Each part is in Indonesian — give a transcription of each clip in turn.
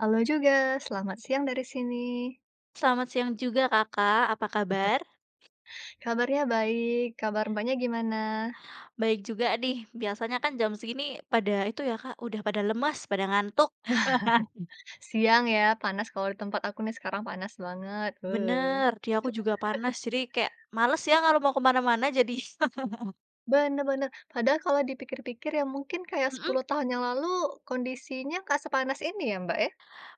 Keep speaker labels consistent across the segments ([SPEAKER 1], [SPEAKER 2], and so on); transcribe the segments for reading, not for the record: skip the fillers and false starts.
[SPEAKER 1] Halo juga, selamat siang dari sini.
[SPEAKER 2] Selamat siang juga Kakak, apa kabar?
[SPEAKER 1] Kabarnya baik, kabar Mbaknya gimana?
[SPEAKER 2] Baik juga nih, biasanya kan jam segini pada itu ya Kak, udah pada lemas, pada ngantuk.
[SPEAKER 1] Siang ya, panas kalau di tempat aku nih sekarang panas banget.
[SPEAKER 2] Bener, dia aku juga panas, jadi kayak males ya kalau mau kemana mana-mana jadi
[SPEAKER 1] Bener bener, padahal kalau dipikir-pikir ya mungkin kayak
[SPEAKER 2] mhm,
[SPEAKER 1] 10 tahun yang lalu kondisinya nggak sepanas ini ya, Mbak, ya?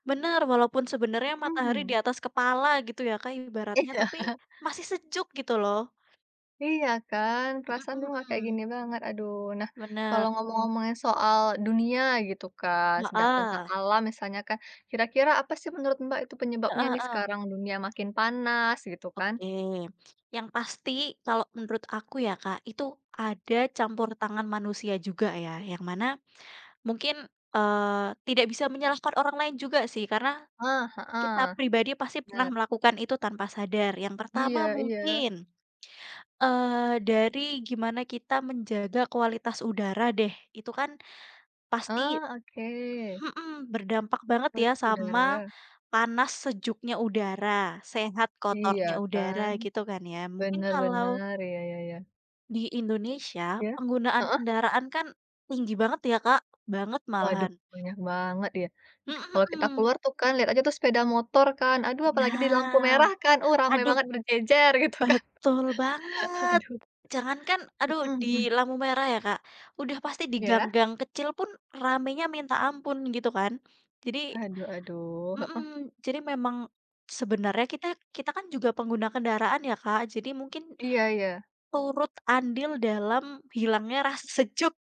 [SPEAKER 2] bener, walaupun sebenarnya matahari
[SPEAKER 1] Mhm.
[SPEAKER 2] di atas kepala gitu ya Kak ibaratnya,
[SPEAKER 1] Iya.
[SPEAKER 2] tapi masih sejuk gitu loh.
[SPEAKER 1] Iya kan,
[SPEAKER 2] Mhm
[SPEAKER 1] perasaan dulu
[SPEAKER 2] mhm
[SPEAKER 1] nggak kayak
[SPEAKER 2] mhm,
[SPEAKER 1] gini banget, aduh. Nah, kalau
[SPEAKER 2] bener,
[SPEAKER 1] Ngomong-ngomongin soal dunia gitu kan, sedang tentang
[SPEAKER 2] heeh,
[SPEAKER 1] alam misalnya kan, kira-kira apa sih menurut Mbak itu penyebabnya
[SPEAKER 2] heeh
[SPEAKER 1] nih
[SPEAKER 2] heeh.
[SPEAKER 1] sekarang dunia makin panas gitu kan?
[SPEAKER 2] Oke, yang pasti kalau menurut aku ya Kak, itu ada campur tangan manusia juga ya, yang mana mungkin, tidak bisa menyalahkan orang lain juga sih, karena
[SPEAKER 1] Ah,
[SPEAKER 2] kita
[SPEAKER 1] ah
[SPEAKER 2] pribadi pasti pernah
[SPEAKER 1] bener.
[SPEAKER 2] melakukan itu tanpa sadar. Yang pertama
[SPEAKER 1] Iya iya.
[SPEAKER 2] mungkin, dari gimana kita menjaga kualitas udara deh, itu kan pasti
[SPEAKER 1] Ah, oke.
[SPEAKER 2] mhm, berdampak banget ya
[SPEAKER 1] Kualitas
[SPEAKER 2] sama
[SPEAKER 1] udara.
[SPEAKER 2] panas sejuknya udara, sehat
[SPEAKER 1] Iya
[SPEAKER 2] kotornya udara
[SPEAKER 1] kan,
[SPEAKER 2] gitu kan ya. Mungkin kalau
[SPEAKER 1] benar-benar iya iya iya.
[SPEAKER 2] di Indonesia,
[SPEAKER 1] Ya.
[SPEAKER 2] penggunaan kendaraan kan tinggi banget ya, Kak, banget
[SPEAKER 1] Waduh,
[SPEAKER 2] malahan.
[SPEAKER 1] banyak banget ya.
[SPEAKER 2] Mhm
[SPEAKER 1] Kalau kita
[SPEAKER 2] mhm.
[SPEAKER 1] keluar tuh kan, lihat aja tuh sepeda motor kan, aduh apalagi di lampu
[SPEAKER 2] Nah,
[SPEAKER 1] merah kan, ramai
[SPEAKER 2] aduh
[SPEAKER 1] banget berjejer gitu kan,
[SPEAKER 2] betul banget.
[SPEAKER 1] aduh.
[SPEAKER 2] Jangankan
[SPEAKER 1] Mhm
[SPEAKER 2] aduh di
[SPEAKER 1] mhm,
[SPEAKER 2] lampu merah ya, Kak, udah pasti di
[SPEAKER 1] iya?
[SPEAKER 2] gang-gang kecil pun ramenya minta ampun gitu kan. Jadi
[SPEAKER 1] Aduh aduh,
[SPEAKER 2] mhm, jadi memang sebenarnya kita kita kan juga pengguna kendaraan ya, Kak, jadi mungkin
[SPEAKER 1] iya iya,
[SPEAKER 2] turut andil dalam hilangnya rasa sejuk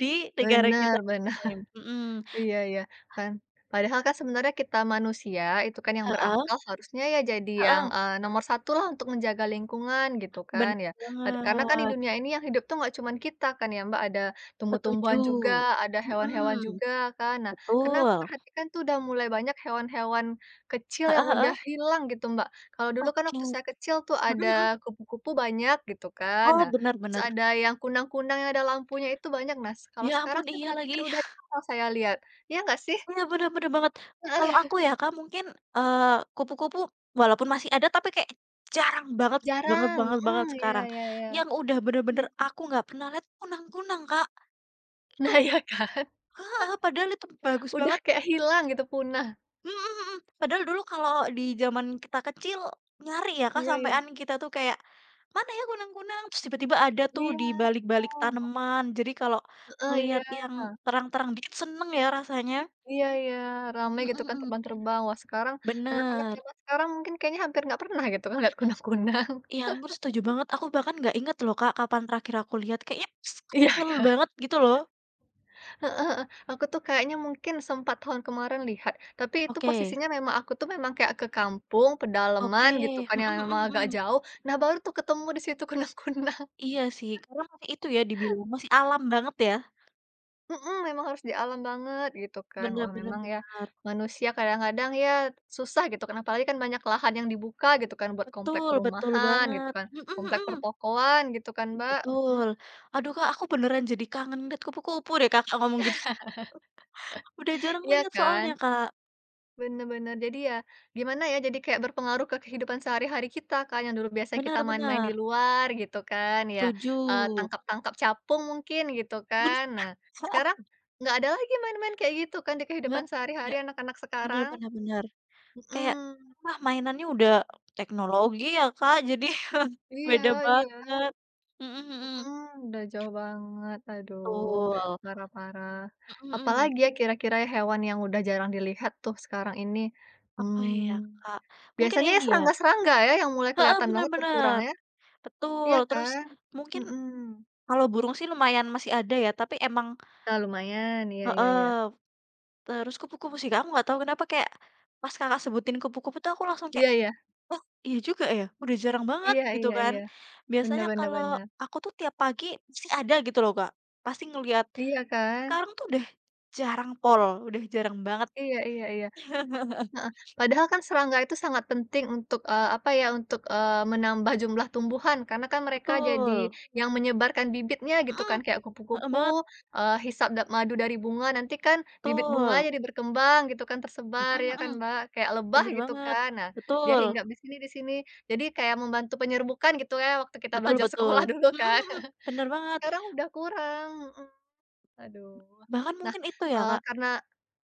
[SPEAKER 2] di negara kita
[SPEAKER 1] benar benar.
[SPEAKER 2] ini, mhm.
[SPEAKER 1] Iya iya, kan. Padahal kan sebenarnya kita manusia itu kan yang
[SPEAKER 2] Heeh
[SPEAKER 1] berakal harusnya ya jadi yang,
[SPEAKER 2] heeh,
[SPEAKER 1] nomor satu lah untuk menjaga lingkungan gitu kan
[SPEAKER 2] bener
[SPEAKER 1] ya. Karena kan di
[SPEAKER 2] banget,
[SPEAKER 1] dunia ini yang hidup tuh nggak cuman kita kan ya Mbak, ada
[SPEAKER 2] setuju.
[SPEAKER 1] tumbuh-tumbuhan juga, ada hewan-hewan
[SPEAKER 2] Mhm,
[SPEAKER 1] juga kan. Nah, karena aku
[SPEAKER 2] betul,
[SPEAKER 1] perhatikan tuh udah mulai banyak hewan-hewan kecil yang
[SPEAKER 2] heeh
[SPEAKER 1] udah
[SPEAKER 2] heeh,
[SPEAKER 1] hilang gitu Mbak. Kalau dulu kan
[SPEAKER 2] oke,
[SPEAKER 1] waktu
[SPEAKER 2] mhm
[SPEAKER 1] saya kecil tuh ada
[SPEAKER 2] mhm,
[SPEAKER 1] kupu-kupu banyak gitu kan.
[SPEAKER 2] oh
[SPEAKER 1] Nah,
[SPEAKER 2] bener
[SPEAKER 1] terus
[SPEAKER 2] bener,
[SPEAKER 1] ada yang kunang-kunang yang ada lampunya itu banyak. Nah, kalau
[SPEAKER 2] ya
[SPEAKER 1] sekarang
[SPEAKER 2] ampun
[SPEAKER 1] saya
[SPEAKER 2] iya
[SPEAKER 1] perhatikan
[SPEAKER 2] lagi,
[SPEAKER 1] udah jarang saya lihat. Iya nggak sih?
[SPEAKER 2] iya bener bener banget. Kalau
[SPEAKER 1] Heeh,
[SPEAKER 2] aku ya Kak mungkin, eee, kupu-kupu walaupun masih ada tapi kayak jarang banget banget
[SPEAKER 1] jarang,
[SPEAKER 2] banget
[SPEAKER 1] mhm,
[SPEAKER 2] banget
[SPEAKER 1] iya
[SPEAKER 2] sekarang.
[SPEAKER 1] iya iya.
[SPEAKER 2] Yang udah bener-bener
[SPEAKER 1] Mmm,
[SPEAKER 2] aku nggak pernah lihat kunang-kunang Kak, itu
[SPEAKER 1] nah iya Kak,
[SPEAKER 2] heeh, padahal itu bagus
[SPEAKER 1] udah
[SPEAKER 2] banget.
[SPEAKER 1] kayak hilang gitu, punah.
[SPEAKER 2] Mhm mhm. Padahal dulu kalau di zaman kita kecil, nyari ya Kak,
[SPEAKER 1] Iya iya.
[SPEAKER 2] sampean kita tuh kayak, "Mana ya kunang-kunang?" Terus tiba-tiba ada tuh
[SPEAKER 1] Iya,
[SPEAKER 2] di balik-balik tanaman. Jadi kalau
[SPEAKER 1] heeh, iya
[SPEAKER 2] ngelihat yang terang-terang dikit seneng ya rasanya.
[SPEAKER 1] iya iya, rame
[SPEAKER 2] Mhm
[SPEAKER 1] gitu kan
[SPEAKER 2] mhm.
[SPEAKER 1] terbang-terbang. Wah sekarang anak-anak
[SPEAKER 2] Bener.
[SPEAKER 1] zaman sekarang mungkin kayaknya hampir nggak pernah gitu kan lihat kunang-kunang.
[SPEAKER 2] Ya ampun setuju banget, aku bahkan nggak inget loh Kak, kapan terakhir aku lihat, kayaknya pas
[SPEAKER 1] Iya
[SPEAKER 2] kecil
[SPEAKER 1] kan?
[SPEAKER 2] banget gitu loh.
[SPEAKER 1] Heeh heeh, aku tuh kayaknya mungkin sempat tahun kemarin lihat, tapi itu
[SPEAKER 2] Oke
[SPEAKER 1] posisinya memang aku tuh memang kayak ke kampung,
[SPEAKER 2] oke,
[SPEAKER 1] pedalaman gitu kan
[SPEAKER 2] mhm
[SPEAKER 1] yang memang
[SPEAKER 2] mhm
[SPEAKER 1] agak
[SPEAKER 2] mhm.
[SPEAKER 1] jauh, nah baru tuh ketemu di situ kunang-kunang.
[SPEAKER 2] Iya sih, karena masih itu ya dibilang, masih alam banget ya.
[SPEAKER 1] Mhm, memang harus di alam banget gitu kan.
[SPEAKER 2] Bener
[SPEAKER 1] Wah
[SPEAKER 2] bener
[SPEAKER 1] memang ya,
[SPEAKER 2] bener.
[SPEAKER 1] manusia kadang-kadang ya susah gitu kan, apalagi kan banyak lahan yang dibuka gitu kan buat komplek
[SPEAKER 2] Betul betul
[SPEAKER 1] perumahan gitu
[SPEAKER 2] banget,
[SPEAKER 1] kan, komplek
[SPEAKER 2] mhm
[SPEAKER 1] pertokoan gitu kan,
[SPEAKER 2] mhm,
[SPEAKER 1] Mbak, mhm,
[SPEAKER 2] betul. Aduh, Kak, aku beneran jadi kangen lihat kupu-kupu deh Kakak ngomong gitu. Udah jarang
[SPEAKER 1] iya
[SPEAKER 2] lihat soalnya,
[SPEAKER 1] kan?
[SPEAKER 2] Kak.
[SPEAKER 1] Bener bener. Jadi ya gimana ya, jadi kayak berpengaruh ke kehidupan sehari-hari kita kan, yang dulu biasa kita main-main di
[SPEAKER 2] Benar-benar,
[SPEAKER 1] luar gitu kan, ya,
[SPEAKER 2] setuju.
[SPEAKER 1] tangkap-tangkap capung mungkin gitu
[SPEAKER 2] Bener,
[SPEAKER 1] kan. Nah, sekarang
[SPEAKER 2] heeh,
[SPEAKER 1] nggak ada lagi main-main kayak gitu kan di
[SPEAKER 2] nggak
[SPEAKER 1] kehidupan
[SPEAKER 2] ada,
[SPEAKER 1] sehari-hari anak-anak
[SPEAKER 2] bener
[SPEAKER 1] sekarang,
[SPEAKER 2] bener bener. Kayak
[SPEAKER 1] mhm.
[SPEAKER 2] wah mainannya udah teknologi ya, Kak, jadi beda
[SPEAKER 1] Iya iya,
[SPEAKER 2] banget. Mhm mhm,
[SPEAKER 1] mhm, udah jauh banget, aduh,
[SPEAKER 2] betul,
[SPEAKER 1] parah-parah.
[SPEAKER 2] mhm mhm.
[SPEAKER 1] Apalagi ya kira-kira ya hewan yang udah jarang dilihat tuh sekarang ini?
[SPEAKER 2] Apa
[SPEAKER 1] Mmm,
[SPEAKER 2] ya, Kak? Mungkin
[SPEAKER 1] biasanya ya
[SPEAKER 2] ini ya
[SPEAKER 1] serangga-serangga ya yang mulai
[SPEAKER 2] heeh,
[SPEAKER 1] kelihatan
[SPEAKER 2] bener
[SPEAKER 1] banget berkurang
[SPEAKER 2] bener,
[SPEAKER 1] ya,
[SPEAKER 2] betul.
[SPEAKER 1] iya
[SPEAKER 2] Terus
[SPEAKER 1] kan?
[SPEAKER 2] mungkin
[SPEAKER 1] Mhm.
[SPEAKER 2] kalau burung sih lumayan masih ada ya, tapi emang
[SPEAKER 1] Nah lumayan, iya iya iya.
[SPEAKER 2] heeh, terus kupu-kupu sih, Kak, aku nggak tahu kenapa kayak pas Kakak sebutin kupu-kupu tuh aku langsung kayak,
[SPEAKER 1] Iya iya,
[SPEAKER 2] "Oh, iya juga ya, udah jarang banget,"
[SPEAKER 1] iya
[SPEAKER 2] gitu
[SPEAKER 1] iya
[SPEAKER 2] kan.
[SPEAKER 1] iya, bener
[SPEAKER 2] Biasanya
[SPEAKER 1] bener
[SPEAKER 2] kalau
[SPEAKER 1] bener.
[SPEAKER 2] aku tuh tiap pagi pasti ada gitu loh, Kak, pasti ngelihat.
[SPEAKER 1] Iya kan?
[SPEAKER 2] Sekarang tuh udah jarang pol, udah jarang banget.
[SPEAKER 1] Iya iya iya. Heeh, padahal kan serangga itu sangat penting untuk, apa ya, untuk, menambah jumlah tumbuhan karena kan mereka jadi
[SPEAKER 2] Betul,
[SPEAKER 1] yang menyebarkan bibitnya gitu
[SPEAKER 2] mhm,
[SPEAKER 1] kan, kayak
[SPEAKER 2] heeh
[SPEAKER 1] kupu-kupu,
[SPEAKER 2] banget,
[SPEAKER 1] hisap madu dari bunga, nanti kan bibit bunga
[SPEAKER 2] betul,
[SPEAKER 1] jadi berkembang gitu kan, tersebar
[SPEAKER 2] mhm
[SPEAKER 1] ya kan,
[SPEAKER 2] mhm,
[SPEAKER 1] Mbak, kayak lebah
[SPEAKER 2] bener
[SPEAKER 1] gitu
[SPEAKER 2] banget,
[SPEAKER 1] kan. Nah, dia
[SPEAKER 2] betul,
[SPEAKER 1] hinggap di sini, jadi kayak membantu penyerbukan gitu ya waktu kita
[SPEAKER 2] betul
[SPEAKER 1] belajar
[SPEAKER 2] betul,
[SPEAKER 1] sekolah dulu
[SPEAKER 2] mhm
[SPEAKER 1] kan.
[SPEAKER 2] mhm, bener banget.
[SPEAKER 1] Sekarang udah kurang, mhm, aduh.
[SPEAKER 2] Bahkan
[SPEAKER 1] Nah,
[SPEAKER 2] mungkin itu ya, Kak,
[SPEAKER 1] karena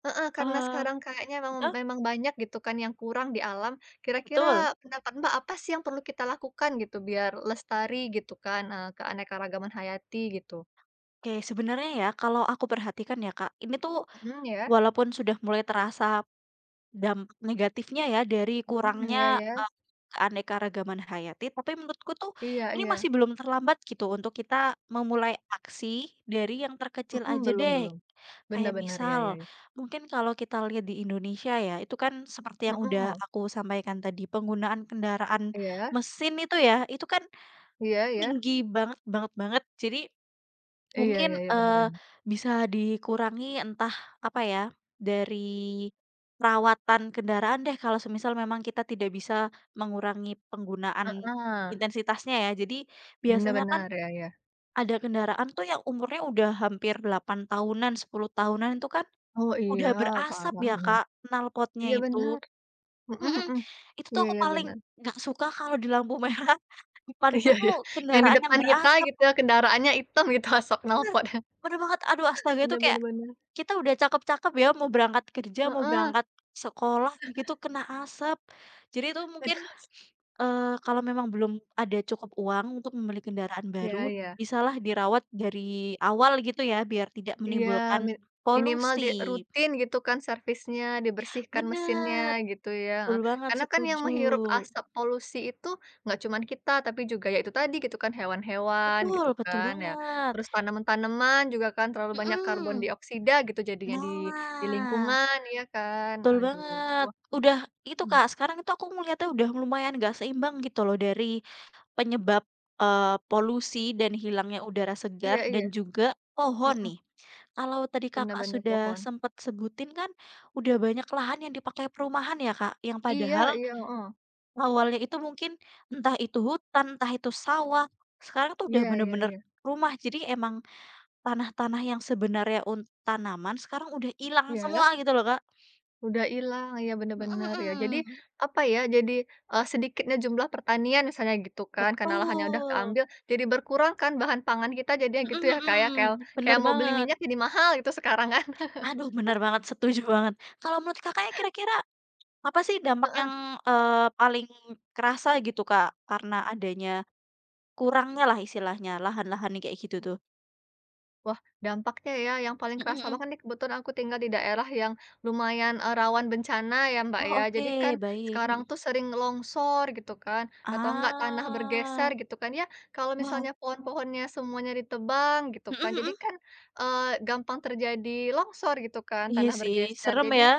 [SPEAKER 1] heeh, karena
[SPEAKER 2] eee,
[SPEAKER 1] sekarang kayaknya memang
[SPEAKER 2] heeh.
[SPEAKER 1] memang banyak gitu kan yang kurang di alam,
[SPEAKER 2] Betul.
[SPEAKER 1] kira-kira pendapat Mbak apa sih yang perlu kita lakukan gitu biar lestari gitu kan, keanekaragaman hayati gitu?
[SPEAKER 2] Oke, sebenarnya ya kalau aku perhatikan ya Kak, ini tuh
[SPEAKER 1] Mhm, ya.
[SPEAKER 2] walaupun sudah mulai terasa dampak negatifnya ya dari
[SPEAKER 1] Mhm, iya
[SPEAKER 2] kurangnya,
[SPEAKER 1] ya.
[SPEAKER 2] keanekaragaman hayati, tapi menurutku tuh
[SPEAKER 1] Iya
[SPEAKER 2] ini
[SPEAKER 1] iya.
[SPEAKER 2] masih belum terlambat gitu untuk kita memulai aksi dari yang terkecil
[SPEAKER 1] Mhm,
[SPEAKER 2] aja
[SPEAKER 1] belum
[SPEAKER 2] deh.
[SPEAKER 1] belum.
[SPEAKER 2] Kayak
[SPEAKER 1] Benar-benar ya
[SPEAKER 2] misal,
[SPEAKER 1] ya.
[SPEAKER 2] mungkin kalau kita lihat di Indonesia ya, itu kan seperti
[SPEAKER 1] Ya,
[SPEAKER 2] yang udah
[SPEAKER 1] mhm.
[SPEAKER 2] aku sampaikan tadi, penggunaan kendaraan
[SPEAKER 1] Iya,
[SPEAKER 2] mesin itu ya, itu kan
[SPEAKER 1] iya iya.
[SPEAKER 2] tinggi banget banget banget. Jadi
[SPEAKER 1] Iya iya
[SPEAKER 2] mungkin,
[SPEAKER 1] iya, benar bener.
[SPEAKER 2] bisa dikurangi entah apa ya, dari perawatan kendaraan deh kalau semisal memang kita tidak bisa mengurangi penggunaan
[SPEAKER 1] Heeh,
[SPEAKER 2] intensitasnya ya. Jadi
[SPEAKER 1] bener
[SPEAKER 2] biasanya kan
[SPEAKER 1] bener, iya iya.
[SPEAKER 2] ada kendaraan tuh yang umurnya udah hampir 8 tahunan, 10 tahunan itu kan
[SPEAKER 1] Oh iya,
[SPEAKER 2] udah berasap
[SPEAKER 1] parah,
[SPEAKER 2] ya
[SPEAKER 1] mhm.
[SPEAKER 2] Kak, knalpotnya
[SPEAKER 1] Iya
[SPEAKER 2] itu.
[SPEAKER 1] bener. Mhm
[SPEAKER 2] Mhm,
[SPEAKER 1] mhm.
[SPEAKER 2] itu tuh
[SPEAKER 1] Iya
[SPEAKER 2] aku
[SPEAKER 1] iya, ya,
[SPEAKER 2] paling
[SPEAKER 1] benar.
[SPEAKER 2] nggak suka kalau di lampu merah depanku
[SPEAKER 1] Iya
[SPEAKER 2] tuh
[SPEAKER 1] iya, yang di
[SPEAKER 2] kendaraan yang
[SPEAKER 1] depan kita
[SPEAKER 2] berasap.
[SPEAKER 1] gitu ya, kendaraannya item gitu asap
[SPEAKER 2] Bener
[SPEAKER 1] knalpot.
[SPEAKER 2] bener banget, aduh astaga itu
[SPEAKER 1] Bener
[SPEAKER 2] kayak
[SPEAKER 1] bener bener.
[SPEAKER 2] kita udah cakep-cakep ya, mau berangkat kerja, mau
[SPEAKER 1] Heeh,
[SPEAKER 2] berangkat sekolah, gitu kena asap. Jadi itu mungkin, kalau memang belum ada cukup uang untuk membeli kendaraan
[SPEAKER 1] iya
[SPEAKER 2] baru,
[SPEAKER 1] iya.
[SPEAKER 2] bisalah dirawat dari awal gitu ya, biar tidak
[SPEAKER 1] Iya,
[SPEAKER 2] menimbulkan
[SPEAKER 1] mi minimal di
[SPEAKER 2] polusi.
[SPEAKER 1] rutin gitu kan servisnya, dibersihkan mesinnya
[SPEAKER 2] Bener,
[SPEAKER 1] gitu ya,
[SPEAKER 2] betul
[SPEAKER 1] heeh.
[SPEAKER 2] banget,
[SPEAKER 1] Karena kan yang
[SPEAKER 2] setuju.
[SPEAKER 1] menghirup asap polusi itu nggak cuman kita, tapi juga ya itu tadi gitu kan, hewan-hewan
[SPEAKER 2] Betul
[SPEAKER 1] gitu
[SPEAKER 2] betul
[SPEAKER 1] kan ya,
[SPEAKER 2] banget,
[SPEAKER 1] terus tanaman-tanaman juga kan terlalu banyak karbon
[SPEAKER 2] mhm.
[SPEAKER 1] dioksida gitu jadinya di di
[SPEAKER 2] Nah,
[SPEAKER 1] lingkungan, iya kan?
[SPEAKER 2] betul
[SPEAKER 1] Aduh,
[SPEAKER 2] banget. Udah itu
[SPEAKER 1] mhm,
[SPEAKER 2] Kak, sekarang itu aku ngeliatnya udah lumayan nggak seimbang gitu loh dari penyebab, polusi dan hilangnya udara segar
[SPEAKER 1] iya iya,
[SPEAKER 2] dan juga pohon
[SPEAKER 1] mhm,
[SPEAKER 2] nih. Kalau tadi
[SPEAKER 1] bener
[SPEAKER 2] Kakak
[SPEAKER 1] bener,
[SPEAKER 2] sudah
[SPEAKER 1] pohon.
[SPEAKER 2] sempet sebutin kan, udah banyak lahan yang dipakai perumahan ya, Kak, yang
[SPEAKER 1] Iya
[SPEAKER 2] padahal
[SPEAKER 1] iya, heeh.
[SPEAKER 2] awalnya itu mungkin entah itu hutan, entah itu sawah, sekarang tuh udah
[SPEAKER 1] Iya iya
[SPEAKER 2] bener-bener
[SPEAKER 1] iya.
[SPEAKER 2] rumah. Jadi emang tanah-tanah yang sebenarnya untuk tanaman sekarang udah hilang
[SPEAKER 1] Iya,
[SPEAKER 2] semua gitu loh, Kak.
[SPEAKER 1] udah ilang, iya bener
[SPEAKER 2] Mhm
[SPEAKER 1] bener ya. Jadi,
[SPEAKER 2] mhm.
[SPEAKER 1] apa ya, jadi, sedikitnya jumlah pertanian misalnya gitu kan, karena lahannya udah
[SPEAKER 2] Betul.
[SPEAKER 1] keambil, jadi berkurang kan bahan pangan kita jadinya gitu
[SPEAKER 2] Mhm
[SPEAKER 1] ya, Kak, ya, kayak
[SPEAKER 2] mhm.
[SPEAKER 1] kayak
[SPEAKER 2] Bener
[SPEAKER 1] mau beli
[SPEAKER 2] banget.
[SPEAKER 1] minyak jadi mahal gitu sekarang kan.
[SPEAKER 2] Aduh, bener banget, setuju banget. Kalau menurut Kakaknya kira-kira apa sih dampak
[SPEAKER 1] Heeh.
[SPEAKER 2] yang, paling kerasa gitu, Kak, karena adanya kurangnya lah istilahnya lahan-lahan yang kayak gitu tuh?
[SPEAKER 1] Wah, dampaknya ya yang paling
[SPEAKER 2] Mhm
[SPEAKER 1] kerasa
[SPEAKER 2] mhm.
[SPEAKER 1] banget nih kebetulan aku tinggal di daerah yang lumayan, rawan bencana ya, Mbak,
[SPEAKER 2] Oh,
[SPEAKER 1] ya.
[SPEAKER 2] oke,
[SPEAKER 1] Jadi kan
[SPEAKER 2] baik,
[SPEAKER 1] sekarang
[SPEAKER 2] mhm.
[SPEAKER 1] tuh sering longsor gitu kan, atau enggak tanah bergeser
[SPEAKER 2] Ah,
[SPEAKER 1] gitu kan. Ya kalau
[SPEAKER 2] wow,
[SPEAKER 1] misalnya pohon-pohonnya semuanya ditebang gitu
[SPEAKER 2] mhm
[SPEAKER 1] kan, jadi
[SPEAKER 2] mhm.
[SPEAKER 1] kan, gampang terjadi longsor gitu kan,
[SPEAKER 2] Iya
[SPEAKER 1] tanah
[SPEAKER 2] sih,
[SPEAKER 1] bergeser.
[SPEAKER 2] serem
[SPEAKER 1] Jadi
[SPEAKER 2] ya.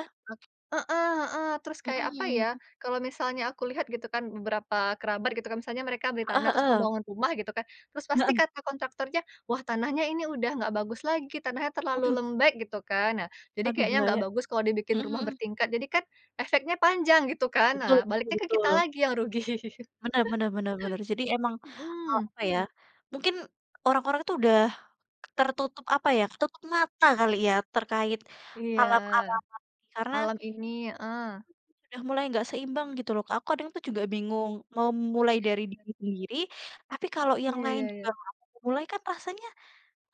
[SPEAKER 1] heeh heeh, terus kayak apa ya,
[SPEAKER 2] Mhm
[SPEAKER 1] kalau misalnya aku lihat gitu kan beberapa kerabat gitu kan, misalnya mereka beli
[SPEAKER 2] ah
[SPEAKER 1] tanah
[SPEAKER 2] heeh
[SPEAKER 1] terus mau
[SPEAKER 2] heeh.
[SPEAKER 1] bangun rumah gitu kan, terus pasti
[SPEAKER 2] Heeh.
[SPEAKER 1] kata kontraktornya, "Wah tanahnya ini udah nggak bagus lagi, tanahnya terlalu
[SPEAKER 2] Aduh
[SPEAKER 1] lembek," gitu kan. Nah, jadi
[SPEAKER 2] aduh
[SPEAKER 1] kayaknya nggak
[SPEAKER 2] bahaya.
[SPEAKER 1] bagus kalau dibikin
[SPEAKER 2] Mhm
[SPEAKER 1] rumah
[SPEAKER 2] mhm.
[SPEAKER 1] bertingkat, jadi kan efeknya panjang gitu kan. Nah,
[SPEAKER 2] Betul betul
[SPEAKER 1] baliknya ke kita
[SPEAKER 2] betul.
[SPEAKER 1] lagi yang rugi.
[SPEAKER 2] Benar benar benar bener. Jadi emang,
[SPEAKER 1] Mhm,
[SPEAKER 2] apa ya, mungkin orang-orang itu udah tertutup apa ya, ketutup mata kali ya terkait
[SPEAKER 1] iya,
[SPEAKER 2] alam-alaman karena
[SPEAKER 1] malam ini ah.
[SPEAKER 2] udah mulai nggak seimbang gitu loh, Kak. Aku kadang tuh juga bingung mau mulai dari
[SPEAKER 1] Iya,
[SPEAKER 2] diri sendiri, tapi kalau yang
[SPEAKER 1] iya
[SPEAKER 2] lain
[SPEAKER 1] iya iya.
[SPEAKER 2] juga nggak mau mulai kan rasanya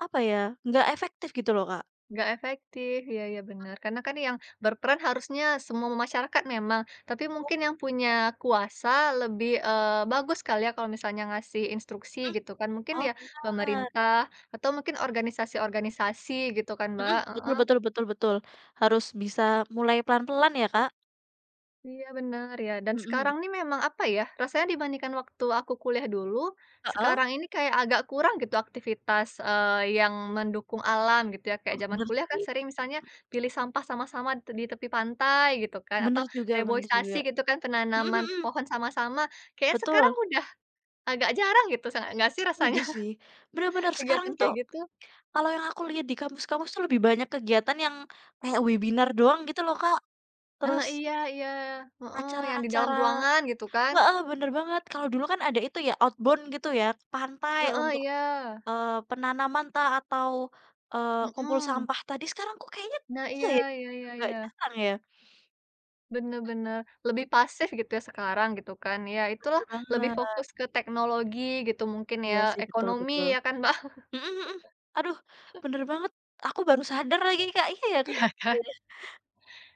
[SPEAKER 2] apa ya, nggak efektif gitu loh, Kak.
[SPEAKER 1] Nggak efektif, ya ya benar. Karena kan yang berperan harusnya semua masyarakat memang, tapi mungkin
[SPEAKER 2] Oh,
[SPEAKER 1] yang punya kuasa lebih, bagus kali ya kalau misalnya ngasih instruksi
[SPEAKER 2] mhm,
[SPEAKER 1] gitu kan, mungkin
[SPEAKER 2] oh
[SPEAKER 1] ya
[SPEAKER 2] bener,
[SPEAKER 1] pemerintah atau mungkin organisasi-organisasi gitu kan,
[SPEAKER 2] mhm,
[SPEAKER 1] Mbak.
[SPEAKER 2] betul betul betul betul. Harus bisa mulai pelan-pelan ya, Kak.
[SPEAKER 1] Iya benar ya, dan
[SPEAKER 2] Mhm,
[SPEAKER 1] sekarang nih memang apa ya, rasanya dibandingkan waktu aku kuliah dulu,
[SPEAKER 2] heeh,
[SPEAKER 1] sekarang ini kayak agak kurang gitu aktivitas, yang mendukung alam gitu ya. Kayak
[SPEAKER 2] oh
[SPEAKER 1] zaman
[SPEAKER 2] bener
[SPEAKER 1] kuliah kan sering
[SPEAKER 2] sih,
[SPEAKER 1] misalnya pilih sampah sama-sama di tepi pantai gitu kan, atau
[SPEAKER 2] bener juga bener
[SPEAKER 1] reboisasi
[SPEAKER 2] juga.
[SPEAKER 1] gitu kan,
[SPEAKER 2] Mhm
[SPEAKER 1] penanaman
[SPEAKER 2] mhm,
[SPEAKER 1] pohon sama-sama. Kayaknya sekarang
[SPEAKER 2] betul,
[SPEAKER 1] udah agak jarang gitu, nggak sih
[SPEAKER 2] setuju
[SPEAKER 1] rasanya
[SPEAKER 2] sih. Bener bener, sekarang
[SPEAKER 1] kegiatan
[SPEAKER 2] itu
[SPEAKER 1] kayak gitu?
[SPEAKER 2] kalau yang aku lihat di kampus-kampus tuh lebih banyak kegiatan yang kayak webinar doang gitu loh, Kak.
[SPEAKER 1] Ah
[SPEAKER 2] Terus
[SPEAKER 1] iya iya, heeh, yang di dalam
[SPEAKER 2] acara-acara
[SPEAKER 1] ruangan gitu kan?
[SPEAKER 2] heeh, bener banget. Kalau dulu kan ada itu ya, outbound gitu ya, ke pantai
[SPEAKER 1] Heeh,
[SPEAKER 2] untuk,
[SPEAKER 1] iya,
[SPEAKER 2] penanaman ta atau, kumpul
[SPEAKER 1] mhm.
[SPEAKER 2] sampah tadi. Sekarang kok kayaknya
[SPEAKER 1] Nah,
[SPEAKER 2] iya
[SPEAKER 1] iya
[SPEAKER 2] ya,
[SPEAKER 1] iya iya
[SPEAKER 2] nggak
[SPEAKER 1] iya.
[SPEAKER 2] jarang ya?
[SPEAKER 1] Bener bener, lebih
[SPEAKER 2] Mhm,
[SPEAKER 1] pasif gitu ya sekarang gitu kan, ya itulah
[SPEAKER 2] bener
[SPEAKER 1] lebih
[SPEAKER 2] banget.
[SPEAKER 1] fokus ke teknologi gitu mungkin ya,
[SPEAKER 2] Iya sih, betul
[SPEAKER 1] ekonomi
[SPEAKER 2] betul.
[SPEAKER 1] ya kan, Mbak?
[SPEAKER 2] Mhm mhm. Aduh, bener banget. Aku baru sadar lagi, Kak. Iya ya,
[SPEAKER 1] Iya
[SPEAKER 2] kenapa
[SPEAKER 1] kan?
[SPEAKER 2] ya?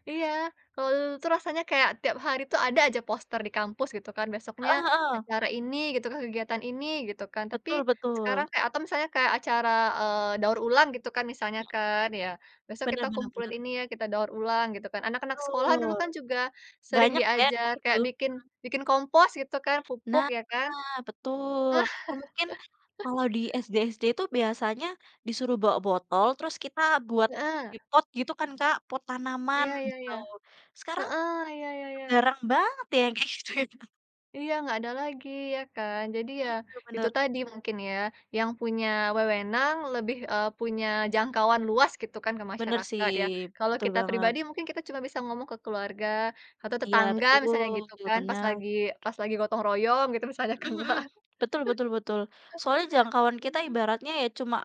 [SPEAKER 1] Iya, kalau dulu tuh rasanya kayak tiap hari tuh ada aja poster di kampus gitu kan, besoknya
[SPEAKER 2] Heeh heeh.
[SPEAKER 1] acara ini gitu kan, kegiatan ini gitu kan. Tapi
[SPEAKER 2] Betul
[SPEAKER 1] sekarang
[SPEAKER 2] betul.
[SPEAKER 1] kayak atau misalnya kayak acara, daur ulang gitu kan misalnya kan ya, besok
[SPEAKER 2] Bener
[SPEAKER 1] kita
[SPEAKER 2] bener
[SPEAKER 1] kumpulin
[SPEAKER 2] bener.
[SPEAKER 1] ini ya, kita daur ulang gitu kan. Anak-anak sekolah dulu
[SPEAKER 2] Betul.
[SPEAKER 1] kan juga sering
[SPEAKER 2] Banyak ya
[SPEAKER 1] diajar
[SPEAKER 2] kayak gitu.
[SPEAKER 1] kayak bikin bikin kompos gitu kan, pupuk
[SPEAKER 2] Nah,
[SPEAKER 1] ya kan?
[SPEAKER 2] betul, atau mungkin kalau di SD-SD itu biasanya disuruh bawa botol, terus kita buat
[SPEAKER 1] Heeh,
[SPEAKER 2] jadi pot gitu kan, Kak, pot tanaman
[SPEAKER 1] iya iya
[SPEAKER 2] gitu.
[SPEAKER 1] iya.
[SPEAKER 2] Sekarang
[SPEAKER 1] Heeh, iya iya iya.
[SPEAKER 2] jarang banget ya yang kayak gitu ya.
[SPEAKER 1] Iya, nggak ada lagi ya kan. Jadi ya
[SPEAKER 2] Mhm,
[SPEAKER 1] itu
[SPEAKER 2] bener bener
[SPEAKER 1] tadi mungkin ya, yang punya wewenang lebih, punya jangkauan luas gitu kan ke
[SPEAKER 2] bener sih,
[SPEAKER 1] masyarakat ya. Kalau
[SPEAKER 2] betul
[SPEAKER 1] kita
[SPEAKER 2] banget.
[SPEAKER 1] pribadi mungkin kita cuma bisa ngomong ke keluarga atau
[SPEAKER 2] Iya
[SPEAKER 1] tetangga misalnya
[SPEAKER 2] betul,
[SPEAKER 1] gitu kan, pas
[SPEAKER 2] bener.
[SPEAKER 1] lagi pas lagi gotong royong gitu misalnya kan,
[SPEAKER 2] Mhm mhm.
[SPEAKER 1] pak?
[SPEAKER 2] Betul betul betul. Soalnya jangkauan kita
[SPEAKER 1] Mhm,
[SPEAKER 2] ibaratnya ya cuma,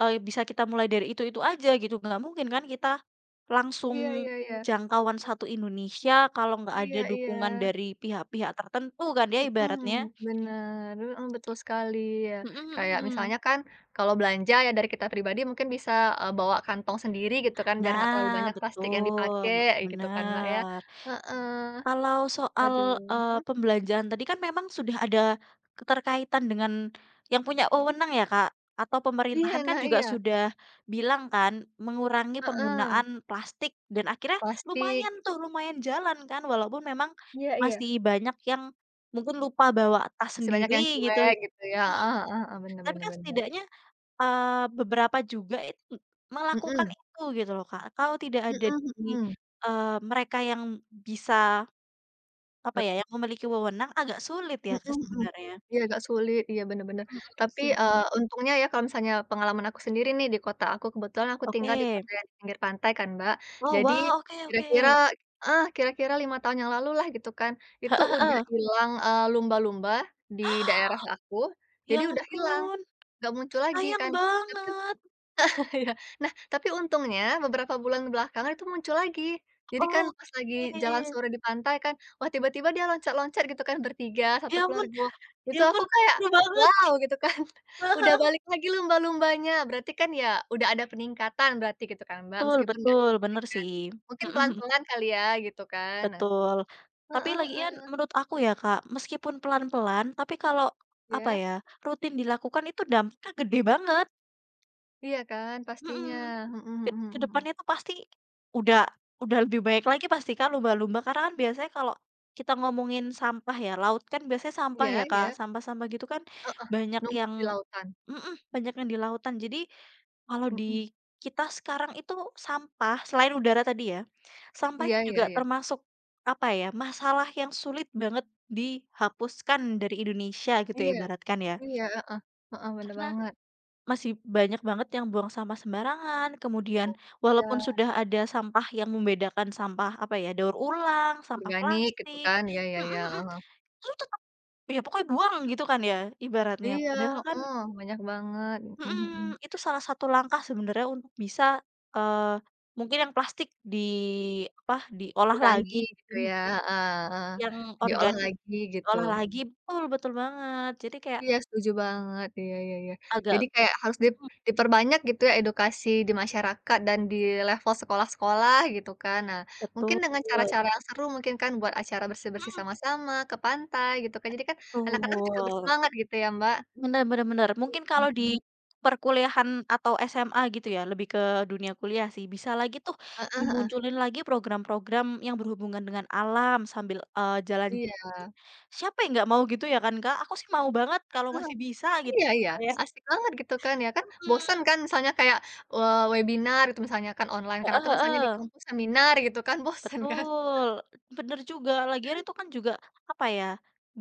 [SPEAKER 2] bisa kita mulai dari itu-itu aja gitu, nggak mungkin kan kita langsung
[SPEAKER 1] iya iya iya.
[SPEAKER 2] jangkauan satu Indonesia kalau nggak ada
[SPEAKER 1] Iya iya.
[SPEAKER 2] dukungan dari pihak-pihak tertentu kan ya
[SPEAKER 1] Mhm,
[SPEAKER 2] ibaratnya.
[SPEAKER 1] bener, heeh, betul sekali ya.
[SPEAKER 2] Mhm mhm
[SPEAKER 1] Kayak
[SPEAKER 2] mhm.
[SPEAKER 1] misalnya kan kalau belanja ya dari kita pribadi mungkin bisa, bawa kantong sendiri gitu kan biar nggak terlalu
[SPEAKER 2] Nah,
[SPEAKER 1] banyak plastik yang
[SPEAKER 2] betul,
[SPEAKER 1] dipakai gitu kan, Mbak, ya.
[SPEAKER 2] benar.
[SPEAKER 1] Heeh,
[SPEAKER 2] Kalau soal,
[SPEAKER 1] aduh, mhm,
[SPEAKER 2] pembelanjaan tadi kan memang sudah ada keterkaitan dengan yang punya wewenang ya, Kak, atau
[SPEAKER 1] iya,
[SPEAKER 2] pemerintahan kan
[SPEAKER 1] nah
[SPEAKER 2] juga
[SPEAKER 1] iya,
[SPEAKER 2] sudah bilang kan mengurangi
[SPEAKER 1] heeh,
[SPEAKER 2] penggunaan plastik dan akhirnya
[SPEAKER 1] plastik,
[SPEAKER 2] lumayan tuh, lumayan jalan kan walaupun memang
[SPEAKER 1] iya iya,
[SPEAKER 2] masih banyak yang mungkin lupa bawa tas
[SPEAKER 1] masih banyak yang
[SPEAKER 2] sendiri gitu
[SPEAKER 1] cuek
[SPEAKER 2] ya
[SPEAKER 1] gitu ya,
[SPEAKER 2] mhm,
[SPEAKER 1] heeh heeh heeh, bener
[SPEAKER 2] tapi
[SPEAKER 1] bener
[SPEAKER 2] kan
[SPEAKER 1] bener,
[SPEAKER 2] setidaknya, beberapa juga itu melakukan
[SPEAKER 1] mhm,
[SPEAKER 2] itu gitu loh, Kak. Kalau tidak ada
[SPEAKER 1] mhm
[SPEAKER 2] dari,
[SPEAKER 1] mhm.
[SPEAKER 2] mereka yang bisa apa ya, yang memiliki wewenang agak sulit ya, Kak,
[SPEAKER 1] Mhm mhm.
[SPEAKER 2] sebenarnya.
[SPEAKER 1] Iya agak sulit, iya bener bener.
[SPEAKER 2] Mhm mhm,
[SPEAKER 1] Tapi,
[SPEAKER 2] setuju banget.
[SPEAKER 1] untungnya ya kalau misalnya pengalaman aku sendiri nih di kota aku, kebetulan aku tinggal di
[SPEAKER 2] Oke.
[SPEAKER 1] kota yang di pinggir pantai kan, Mbak.
[SPEAKER 2] Oh,
[SPEAKER 1] Jadi
[SPEAKER 2] wow, oke
[SPEAKER 1] kira-kira
[SPEAKER 2] oke.
[SPEAKER 1] heeh, kira-kira 5 tahun yang lalu lah gitu kan, itu
[SPEAKER 2] Heeh
[SPEAKER 1] udah
[SPEAKER 2] heeh.
[SPEAKER 1] hilang, lumba-lumba di daerah aku,
[SPEAKER 2] Ya
[SPEAKER 1] jadi udah hilang,
[SPEAKER 2] ampun,
[SPEAKER 1] nggak muncul lagi
[SPEAKER 2] sayang
[SPEAKER 1] kan. Tapi
[SPEAKER 2] banget.
[SPEAKER 1] iya. Nah, tapi untungnya beberapa bulan belakangan itu muncul lagi. Jadi kan pas lagi jalan
[SPEAKER 2] Oke.
[SPEAKER 1] sore di pantai kan, wah tiba-tiba dia loncat-loncat gitu kan bertiga, satu
[SPEAKER 2] Ya ampun
[SPEAKER 1] keluarga. Wah, itu
[SPEAKER 2] ya
[SPEAKER 1] aku
[SPEAKER 2] ampun,
[SPEAKER 1] kayak,
[SPEAKER 2] seru banget.
[SPEAKER 1] wow gitu kan. Udah
[SPEAKER 2] Heeh.
[SPEAKER 1] balik lagi lumba-lumbanya. Berarti kan ya udah ada peningkatan berarti gitu kan Mbak,
[SPEAKER 2] Betul
[SPEAKER 1] meskipun nggak
[SPEAKER 2] betul,
[SPEAKER 1] signifikan
[SPEAKER 2] bener
[SPEAKER 1] kan.
[SPEAKER 2] sih.
[SPEAKER 1] Mungkin
[SPEAKER 2] Mhm mhm,
[SPEAKER 1] pelan-pelan kali ya gitu kan. Nah
[SPEAKER 2] betul.
[SPEAKER 1] heeh
[SPEAKER 2] Tapi lagian
[SPEAKER 1] heeh.
[SPEAKER 2] menurut aku ya, Kak, meskipun pelan-pelan, tapi kalau, apa
[SPEAKER 1] Iya,
[SPEAKER 2] ya, rutin dilakukan itu dampaknya gede banget.
[SPEAKER 1] iya kan pastinya.
[SPEAKER 2] Mhm.
[SPEAKER 1] Mhm mhm
[SPEAKER 2] Ke
[SPEAKER 1] mhm
[SPEAKER 2] ke
[SPEAKER 1] mhm.
[SPEAKER 2] depannya itu pasti udah udah lebih baik lagi pasti kan lumba-lumba karena kan biasanya kalau kita ngomongin sampah ya, laut kan biasanya sampah
[SPEAKER 1] Iya
[SPEAKER 2] ya Kak,
[SPEAKER 1] iya.
[SPEAKER 2] sampah-sampah gitu kan
[SPEAKER 1] Heeh,
[SPEAKER 2] banyak
[SPEAKER 1] numpuk
[SPEAKER 2] yang
[SPEAKER 1] di lautan.
[SPEAKER 2] mhm, banyak yang di lautan. Jadi kalau di
[SPEAKER 1] Mhm.
[SPEAKER 2] kita sekarang itu sampah, selain udara tadi ya, sampah
[SPEAKER 1] Iya
[SPEAKER 2] itu
[SPEAKER 1] iya
[SPEAKER 2] juga
[SPEAKER 1] iya.
[SPEAKER 2] termasuk, apa ya, masalah yang sulit banget dihapuskan dari Indonesia gitu ya,
[SPEAKER 1] Iya.
[SPEAKER 2] ibaratkan ya.
[SPEAKER 1] Iya, heeh, heeh, bener
[SPEAKER 2] Karena
[SPEAKER 1] banget.
[SPEAKER 2] masih banyak banget yang buang sampah sembarangan, kemudian walaupun
[SPEAKER 1] Iya,
[SPEAKER 2] sudah ada sampah yang membedakan sampah, apa ya, daur ulang, sampah
[SPEAKER 1] organik gitu
[SPEAKER 2] plastik
[SPEAKER 1] kan, iya iya
[SPEAKER 2] mhm
[SPEAKER 1] iya,
[SPEAKER 2] mhm,
[SPEAKER 1] heeh.
[SPEAKER 2] itu tetap ya pokoknya buang gitu kan ya, ibaratnya.
[SPEAKER 1] Iya,
[SPEAKER 2] Padahal kan
[SPEAKER 1] heeh, banyak banget, mhm mhm.
[SPEAKER 2] mhm, itu salah satu langkah sebenarnya untuk bisa, eee, mungkin yang plastik di apa, diolah
[SPEAKER 1] Dikurangi
[SPEAKER 2] lagi,
[SPEAKER 1] gitu
[SPEAKER 2] mhm,
[SPEAKER 1] ya, heeh heeh,
[SPEAKER 2] yang
[SPEAKER 1] diolah
[SPEAKER 2] organik
[SPEAKER 1] lagi gitu.
[SPEAKER 2] diolah lagi betul betul banget. Jadi kayak
[SPEAKER 1] Iya, setuju banget, iya iya iya.
[SPEAKER 2] agak
[SPEAKER 1] Jadi kayak harus dip
[SPEAKER 2] mhm,
[SPEAKER 1] diperbanyak gitu ya edukasi di masyarakat dan di level sekolah-sekolah gitu kan. Nah, mungkin
[SPEAKER 2] betul,
[SPEAKER 1] dengan
[SPEAKER 2] mhm,
[SPEAKER 1] cara-cara yang seru mungkin kan buat acara bersih-bersih sama-sama, ke pantai gitu kan. Jadi kan anak-anak juga
[SPEAKER 2] betul.
[SPEAKER 1] bersemangat gitu ya, Mbak.
[SPEAKER 2] Bener bener bener. Mungkin kalau di
[SPEAKER 1] Mhm,
[SPEAKER 2] perkuliahan atau SMA gitu ya, lebih ke dunia kuliah sih, bisa lagi tuh
[SPEAKER 1] heeh heeh.
[SPEAKER 2] dimunculin lagi program-program yang berhubungan dengan alam sambil, jalan
[SPEAKER 1] Iya,
[SPEAKER 2] kan siapa yang nggak mau gitu ya kan, Kak? Aku sih mau banget kalau
[SPEAKER 1] heeh,
[SPEAKER 2] masih bisa gitu
[SPEAKER 1] iya iya,
[SPEAKER 2] sebenarnya.
[SPEAKER 1] asik banget gitu kan ya kan, bosen
[SPEAKER 2] Mhm,
[SPEAKER 1] kan misalnya kayak, webinar gitu misalnya kan online kan
[SPEAKER 2] heeh
[SPEAKER 1] atau misalnya di
[SPEAKER 2] heeh,
[SPEAKER 1] kampus seminar gitu kan bosen kan?
[SPEAKER 2] betul, bener juga. Lagian itu kan juga, apa ya,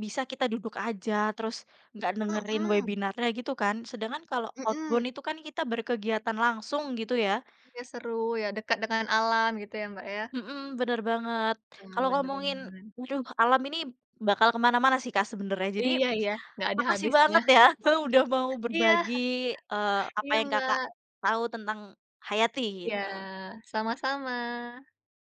[SPEAKER 2] bisa kita duduk aja terus nggak dengerin
[SPEAKER 1] Mhm,
[SPEAKER 2] webinarnya gitu kan. Sedangkan kalau
[SPEAKER 1] mhm,
[SPEAKER 2] outbound itu kan kita berkegiatan langsung gitu ya.
[SPEAKER 1] iya seru ya dekat dengan alam gitu ya, Mbak, ya?
[SPEAKER 2] Mhm, bener banget. Kalau
[SPEAKER 1] Bener
[SPEAKER 2] ngomongin,
[SPEAKER 1] bener.
[SPEAKER 2] waduh alam ini bakal kemana mana sih Kak sebenernya. Jadi
[SPEAKER 1] Iya iya, nggak ada
[SPEAKER 2] makasih
[SPEAKER 1] habisnya.
[SPEAKER 2] banget ya udah mau
[SPEAKER 1] Iya
[SPEAKER 2] berbagi, apa
[SPEAKER 1] iya,
[SPEAKER 2] yang Kakak
[SPEAKER 1] Mbak,
[SPEAKER 2] tahu tentang hayati
[SPEAKER 1] iya,
[SPEAKER 2] gitu.
[SPEAKER 1] sama-sama.